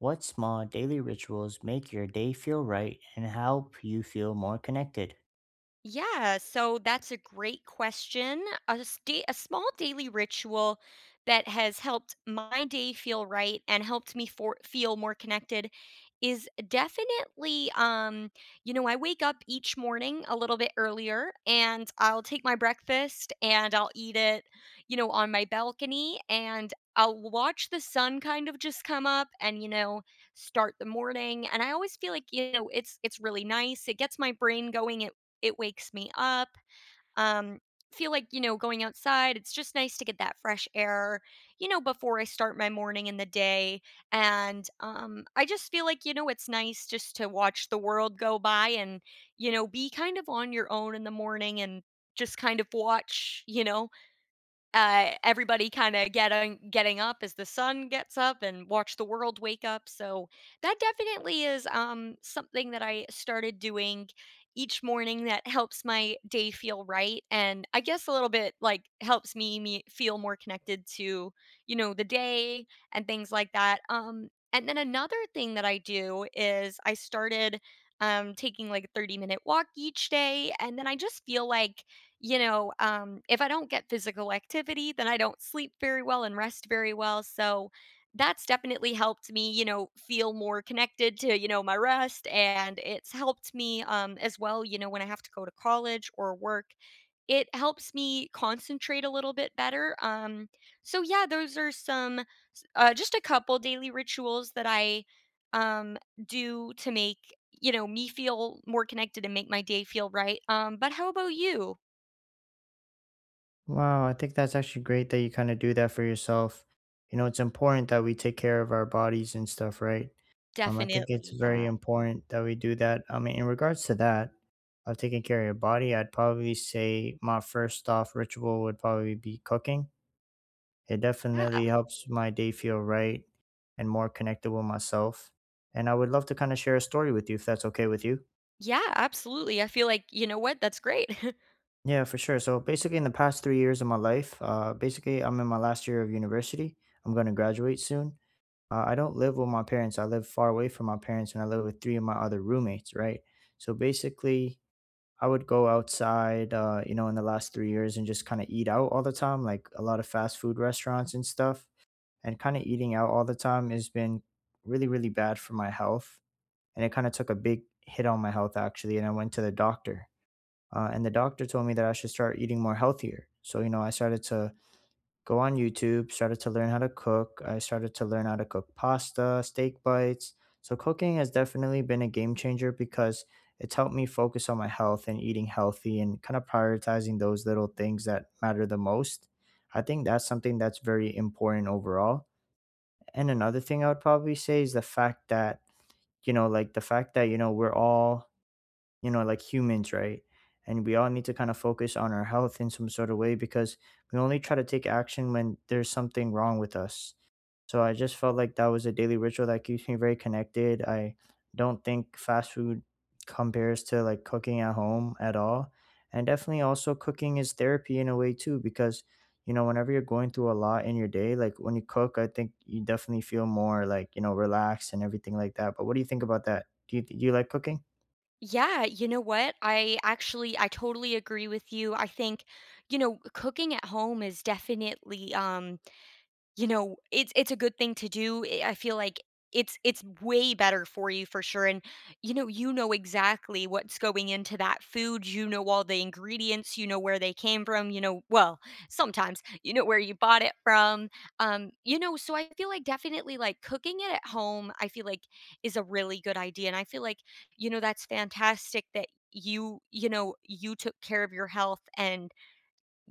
What small daily rituals make your day feel right and help you feel more connected? Yeah, so that's a great question. A small daily ritual that has helped my day feel right and helped me feel more connected is definitely you know, I wake up each morning a little bit earlier and I'll take my breakfast and I'll eat it, you know, on my balcony and I'll watch the sun kind of just come up and, you know, start the morning. And I always feel like, you know, it's really nice. It gets my brain going. It wakes me up. Um, Feel like, you know, going outside, it's just nice to get that fresh air, you know, before I start my morning in the day. And I just feel like, you know, it's nice just to watch the world go by and, you know, be kind of on your own in the morning and just kind of watch, you know, everybody kinda getting up as the sun gets up and watch the world wake up. So that definitely is, something that I started doing each morning that helps my day feel right. And I guess a little bit, like, helps me feel more connected to, you know, the day and things like that. And then another thing that I do is I started, taking, like, a 30-minute-minute walk each day. And then I just feel like, you know, if I don't get physical activity, then I don't sleep very well and rest very well. So that's definitely helped me, you know, feel more connected to, you know, my rest. And it's helped me, as well, you know, when I have to go to college or work. It helps me concentrate a little bit better. So yeah, those are just a couple daily rituals that I um, do to make, you know, me feel more connected and make my day feel right. But how about you? Wow, I think that's actually great that you kind of do that for yourself. You know, it's important that we take care of our bodies and stuff, right? I think it's Definitely, very yeah. important that we do that. I mean, in regards to that, of taking care of your body, I'd probably say my first off ritual would probably be cooking. It Yeah. definitely helps my day feel right and more connected with myself. And I would love to kind of share a story with you if that's okay with you. Yeah, absolutely. I feel like, you know what, that's great. Yeah, for sure. So basically, in the past 3 years of my life, basically, I'm in my last year of university. I'm going to graduate soon. I don't live with my parents. I live far away from my parents, and I live with three of my other roommates. Right. So basically, I would go outside, you know, in the last 3 years and just kind of eat out all the time, like a lot of fast food restaurants and stuff. And kind of eating out all the time has been really, really bad for my health, and it kind of took a big hit on my health actually. And I went to the doctor and the doctor told me that I should start eating more healthier. So, you know, I started to go on YouTube, started to learn how to cook. I started to learn how to cook pasta, steak bites. So, cooking has definitely been a game changer because it's helped me focus on my health and eating healthy and kind of prioritizing those little things that matter the most. I think that's something that's very important overall. And another thing I would probably say is the fact that, you know, like the fact that, you know, we're all you know, like humans, right? And we all need to kind of focus on our health in some sort of way because we only try to take action when there's something wrong with us. So I just felt like that was a daily ritual that keeps me very connected. I don't think fast food compares to like cooking at home at all. And definitely also cooking is therapy in a way too, because you know, whenever you're going through a lot in your day, like when you cook, I think you definitely feel more like, you know, relaxed and everything like that. But what do you think about that? Do you like cooking? Yeah, you know what, I totally agree with you. I think, you know, cooking at home is definitely, um— you know, it's a good thing to do, eh? I feel like it's way better for you for sure. And, you know exactly what's going into that food. You know all the ingredients, you know where they came from, you know, well, sometimes, you know where you bought it from. You know, so I feel like definitely, like, cooking it at home, I feel like is a really good idea. And I feel like, you know, that's fantastic that you know, you took care of your health and,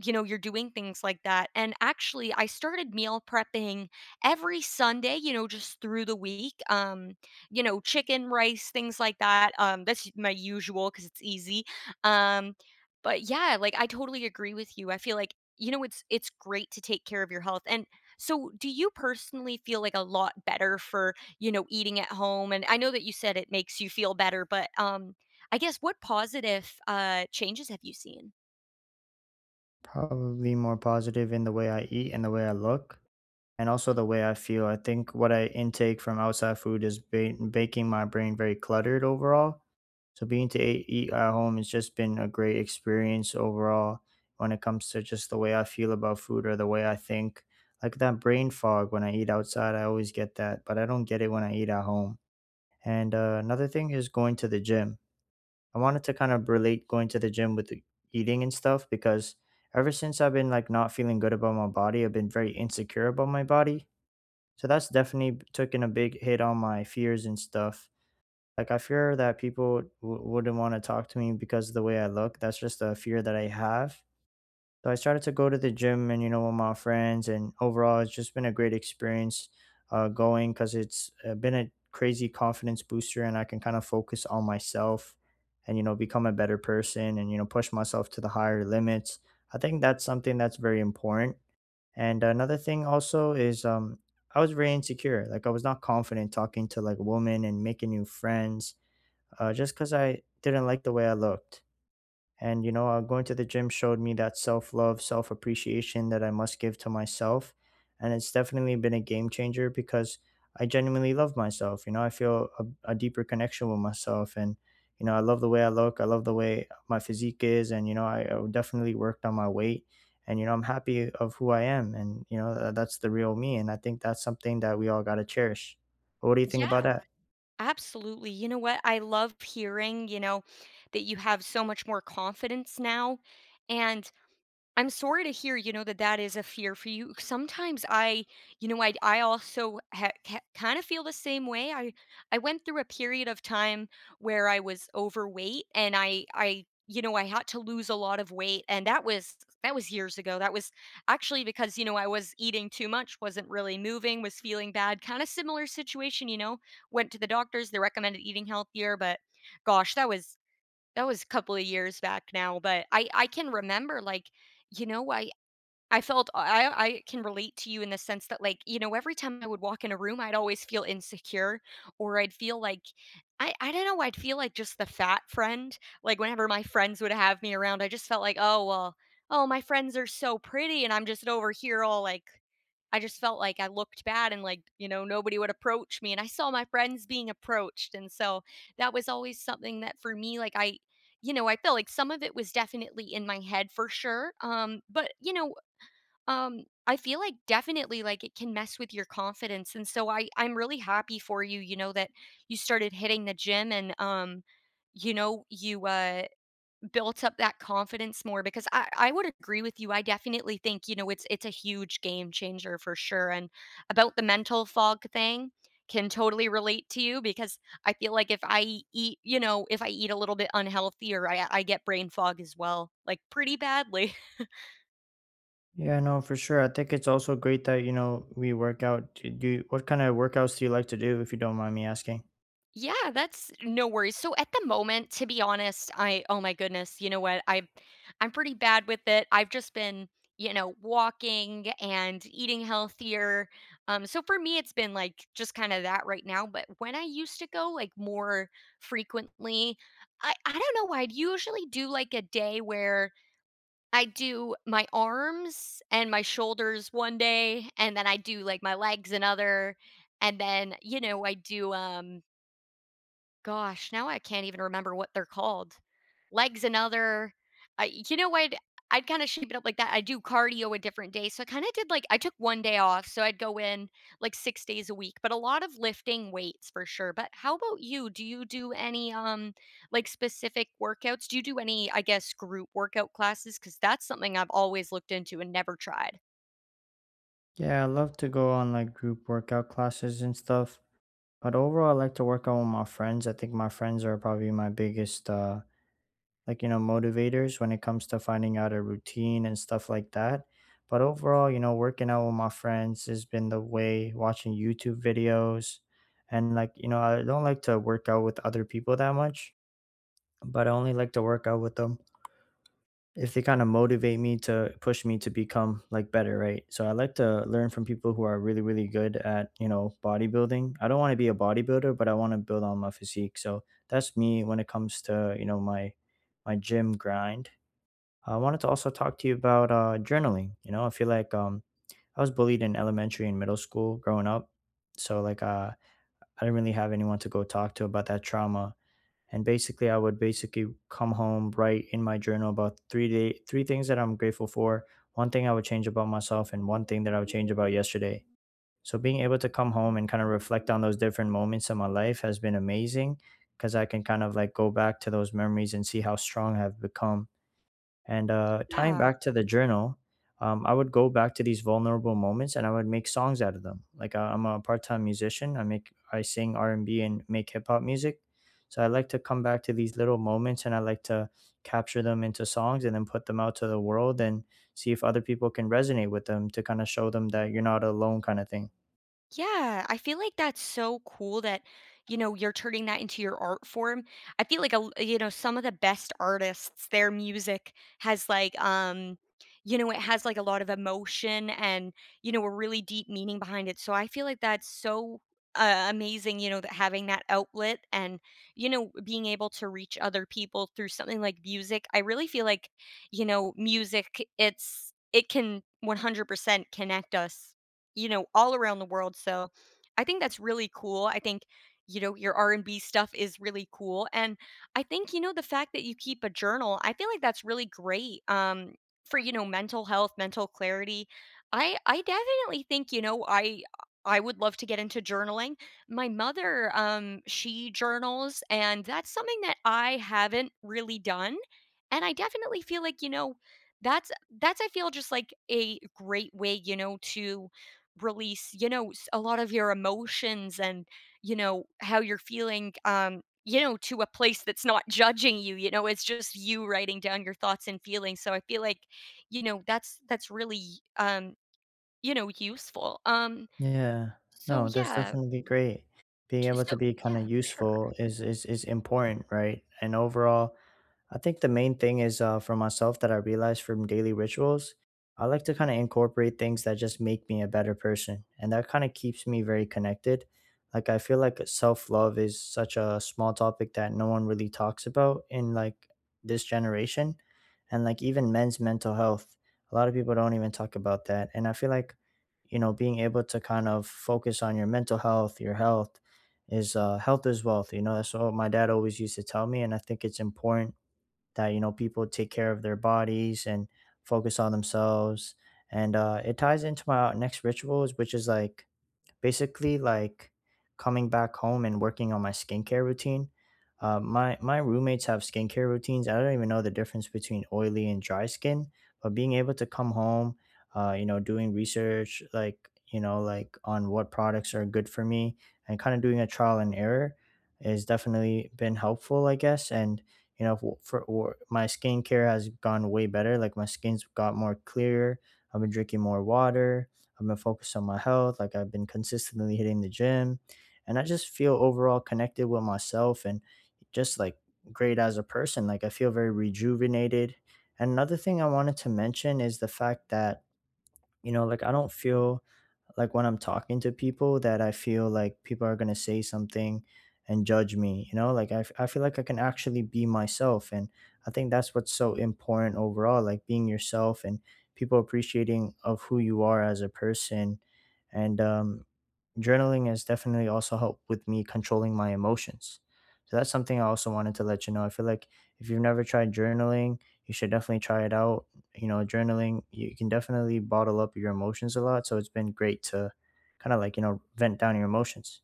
you know, you're doing things like that. And actually, I started meal prepping every Sunday, you know, just through the week. You know, chicken, rice, things like that. That's my usual because it's easy. Um, but yeah, like, I totally agree with you. I feel like, you know, it's great to take care of your health. And so, do you personally feel like a lot better for, you know, eating at home? And I know that you said it makes you feel better, but I guess what positive changes have you seen? Probably more positive in the way I eat and the way I look, and also the way I feel. I think what I intake from outside food is making my brain very cluttered overall. So being to eat at home has just been a great experience overall when it comes to just the way I feel about food or the way I think. Like that brain fog when I eat outside, I always get that, but I don't get it when I eat at home. And another thing is going to the gym. I wanted to kind of relate going to the gym with the eating and stuff because ever since I've been like not feeling good about my body, I've been very insecure about my body. So that's definitely taken a big hit on my fears and stuff. Like I fear that people wouldn't want to talk to me because of the way I look. That's just a fear that I have. So I started to go to the gym and you know with my friends, and overall it's just been a great experience going because it's been a crazy confidence booster, and I can kind of focus on myself and you know become a better person and you know push myself to the higher limits. I think that's something that's very important. And another thing also is I was very insecure. Like I was not confident talking to like women and making new friends, just because I didn't like the way I looked. And, you know, going to the gym showed me that self love, self appreciation that I must give to myself. And it's definitely been a game changer because I genuinely love myself. You know, I feel a deeper connection with myself. And, you know, I love the way I look. I love the way my physique is. And, you know, I definitely worked on my weight. And, you know, I'm happy of who I am. And, you know, that's the real me. And I think that's something that we all got to cherish. What do you think Yeah. about that? Absolutely. You know what? I love hearing, you know, that you have so much more confidence now. And I'm sorry to hear, you know, that that is a fear for you. Sometimes I, you know, I kind of feel the same way. I went through a period of time where I was overweight and I you know, I had to lose a lot of weight. And that was— that was years ago. That was actually because, you know, I was eating too much, wasn't really moving, was feeling bad. Kind of similar situation, you know. Went to the doctors, they recommended eating healthier, but gosh, that was— that was a couple of years back now. But I can remember, like, you know, I felt I can relate to you in the sense that, like, you know, every time I would walk in a room, I'd always feel insecure, or I'd feel like— I don't know, I'd feel like just the fat friend. Like, whenever my friends would have me around, I just felt like, "Oh, well, oh, my friends are so pretty and I'm just over here all like—" I just felt like I looked bad and, like, you know, nobody would approach me and I saw my friends being approached. And so that was always something that for me, like, I you know, I felt like some of it was definitely in my head for sure. But, you know, I feel like definitely, like, it can mess with your confidence. And so I'm really happy for you, you know, that you started hitting the gym. And you know, you built up that confidence more because I would agree with you. I definitely think, you know, it's a huge game changer for sure. And about the mental fog thing, can totally relate to you because I feel like if I eat, you know, if I eat a little bit unhealthy, or I get brain fog as well, like, pretty badly. Yeah, no, for sure. I think it's also great that, you know, we work out. What kind of workouts do you like to do, if you don't mind me asking? Yeah, that's no worries. So at the moment, to be honest, I— oh my goodness, you know what? I'm pretty bad with it. I've just been, you know, walking and eating healthier. So for me it's been like just kind of that right now. But when I used to go like more frequently, I don't know why, I'd usually do like a day where I do my arms and my shoulders one day and then I do like my legs another. And then, you know, I do um— gosh, now I can't even remember what they're called. Leg's another— I— you know what? I'd kinda shape it up like that. I do cardio a different day. So I kinda did, like, I took 1 day off, so I'd go in, like, 6 days a week. But a lot of lifting weights for sure. But how about you? Do you do any, like, specific workouts? Do you do any, I guess, group workout classes? Because that's something I've always looked into and never tried. Yeah, I love to go on like group workout classes and stuff. But overall, I like to work out with my friends. I think my friends are probably my biggest, like, you know, motivators when it comes to finding out a routine and stuff like that. But overall, you know, working out with my friends has been the way, watching YouTube videos. And like, you know, I don't like to work out with other people that much, but I only like to work out with them if they kind of motivate me to push me to become like better, right? So I like to learn from people who are really, really good at, you know, bodybuilding. I don't want to be a bodybuilder, but I want to build on my physique. So that's me when it comes to, you know, my gym grind. I wanted to also talk to you about journaling. You know, I feel like I was bullied in elementary and middle school growing up. So like I didn't really have anyone to go talk to about that trauma, and basically I would basically come home, write in my journal about three things that I'm grateful for, one thing I would change about myself, and one thing that I would change about yesterday. So being able to come home and kind of reflect on those different moments in my life has been amazing because I can kind of like go back to those memories and see how strong I've become. And tying Yeah. back to the journal, I would go back to these vulnerable moments and I would make songs out of them. Like I'm a part-time musician. I sing R and B and make hip hop music. So I like to come back to these little moments and I like to capture them into songs and then put them out to the world and see if other people can resonate with them to kind of show them that you're not alone kind of thing. Yeah, I feel like that's so cool that, you know, you're turning that into your art form. I feel like a l you know, some of the best artists, their music has like, you know, it has like a lot of emotion and, you know, a really deep meaning behind it. So I feel like that's so amazing, you know, that having that outlet and, you know, being able to reach other people through something like music. I really feel like, you know, music, it's, it can 100% connect us, you know, all around the world. So I think that's really cool. I think, you know, your R&B stuff is really cool. And I think, you know, the fact that you keep a journal, I feel like that's really great, for, you know, mental health, mental clarity. I definitely think, you know, I would love to get into journaling. My mother, she journals, and that's something that I haven't really done. And I definitely feel like, you know, that's that's I feel just like a great way, you know, to release, you know, a lot of your emotions and, you know, how you're feeling, you know, to a place that's not judging you. You know, it's just you writing down your thoughts and feelings. So I feel like, you know, that's really, um, you know, useful. Yeah. so No, that's yeah, definitely great. Being j- able so to be kind yeah, of for sure. useful is important, right? And overall, I think the main thing is for myself that I realized from daily rituals, I like to kind of incorporate things that just make me a better person. And that kind of keeps me very connected. Like, I feel like self love is such a small topic that no one really talks about in like this generation. And like, even men's mental health, a lot of people don't even talk about that. And I feel like, you know, being able to kind of focus on your mental health, your health is wealth. You know, that's what my dad always used to tell me. And I think it's important that you know people take care of their bodies and focus on themselves. And it ties into my next rituals, which is like basically like coming back home and working on my skincare routine. My roommates have skincare routines. I don't even know the difference between oily and dry skin, but being able to come home, you know, doing research like you know like on what products are good for me and kind of doing a trial and error has definitely been helpful, I guess. And you know, for or my skincare has gone way better. Like my skin's got more clear. I've been drinking more water. I've been focused on my health, like I've been consistently hitting the gym, and I just feel overall connected with myself and just like great as a person. Like I feel very rejuvenated. And another thing I wanted to mention is the fact that, you know, like I don't feel like when I'm talking to people that I feel like people are going to say something and judge me, you know? Like I feel like I can actually be myself. And I think that's what's so important overall, like being yourself and people appreciating of who you are as a person. And journaling has definitely also helped with me controlling my emotions. So that's something I also wanted to let you know. I feel like if you've never tried journaling, you should definitely try it out. You know, journaling, you can definitely bottle up your emotions a lot, so it's been great to kind of like you know vent down your emotions.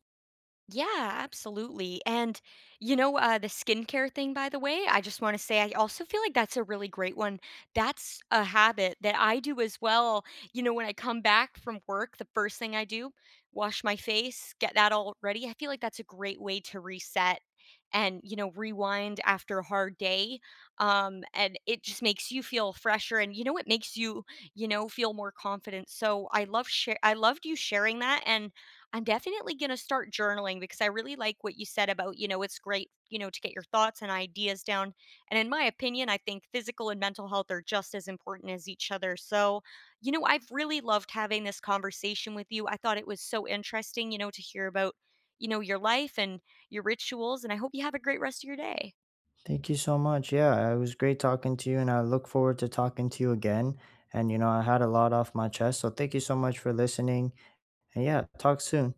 Yeah, absolutely. And, you know, the skincare thing, by the way, I just want to say I also feel like that's a really great one. That's a habit that I do as well. You know, when I come back from work, the first thing I do, wash my face, get that all ready. I feel like that's a great way to reset and, you know, rewind after a hard day. And it just makes you feel fresher and, you know, it makes you, you know, feel more confident. So I love share I loved you sharing that. And I'm definitely going to start journaling because I really like what you said about, you know, it's great, you know, to get your thoughts and ideas down. And in my opinion, I think physical and mental health are just as important as each other. So, you know, I've really loved having this conversation with you. I thought it was so interesting, you know, to hear about, you know, your life and your rituals. And I hope you have a great rest of your day. Thank you so much. Yeah, it was great talking to you and I look forward to talking to you again. And you know I had a lot off my chest, so thank you so much for listening. And yeah, talk soon.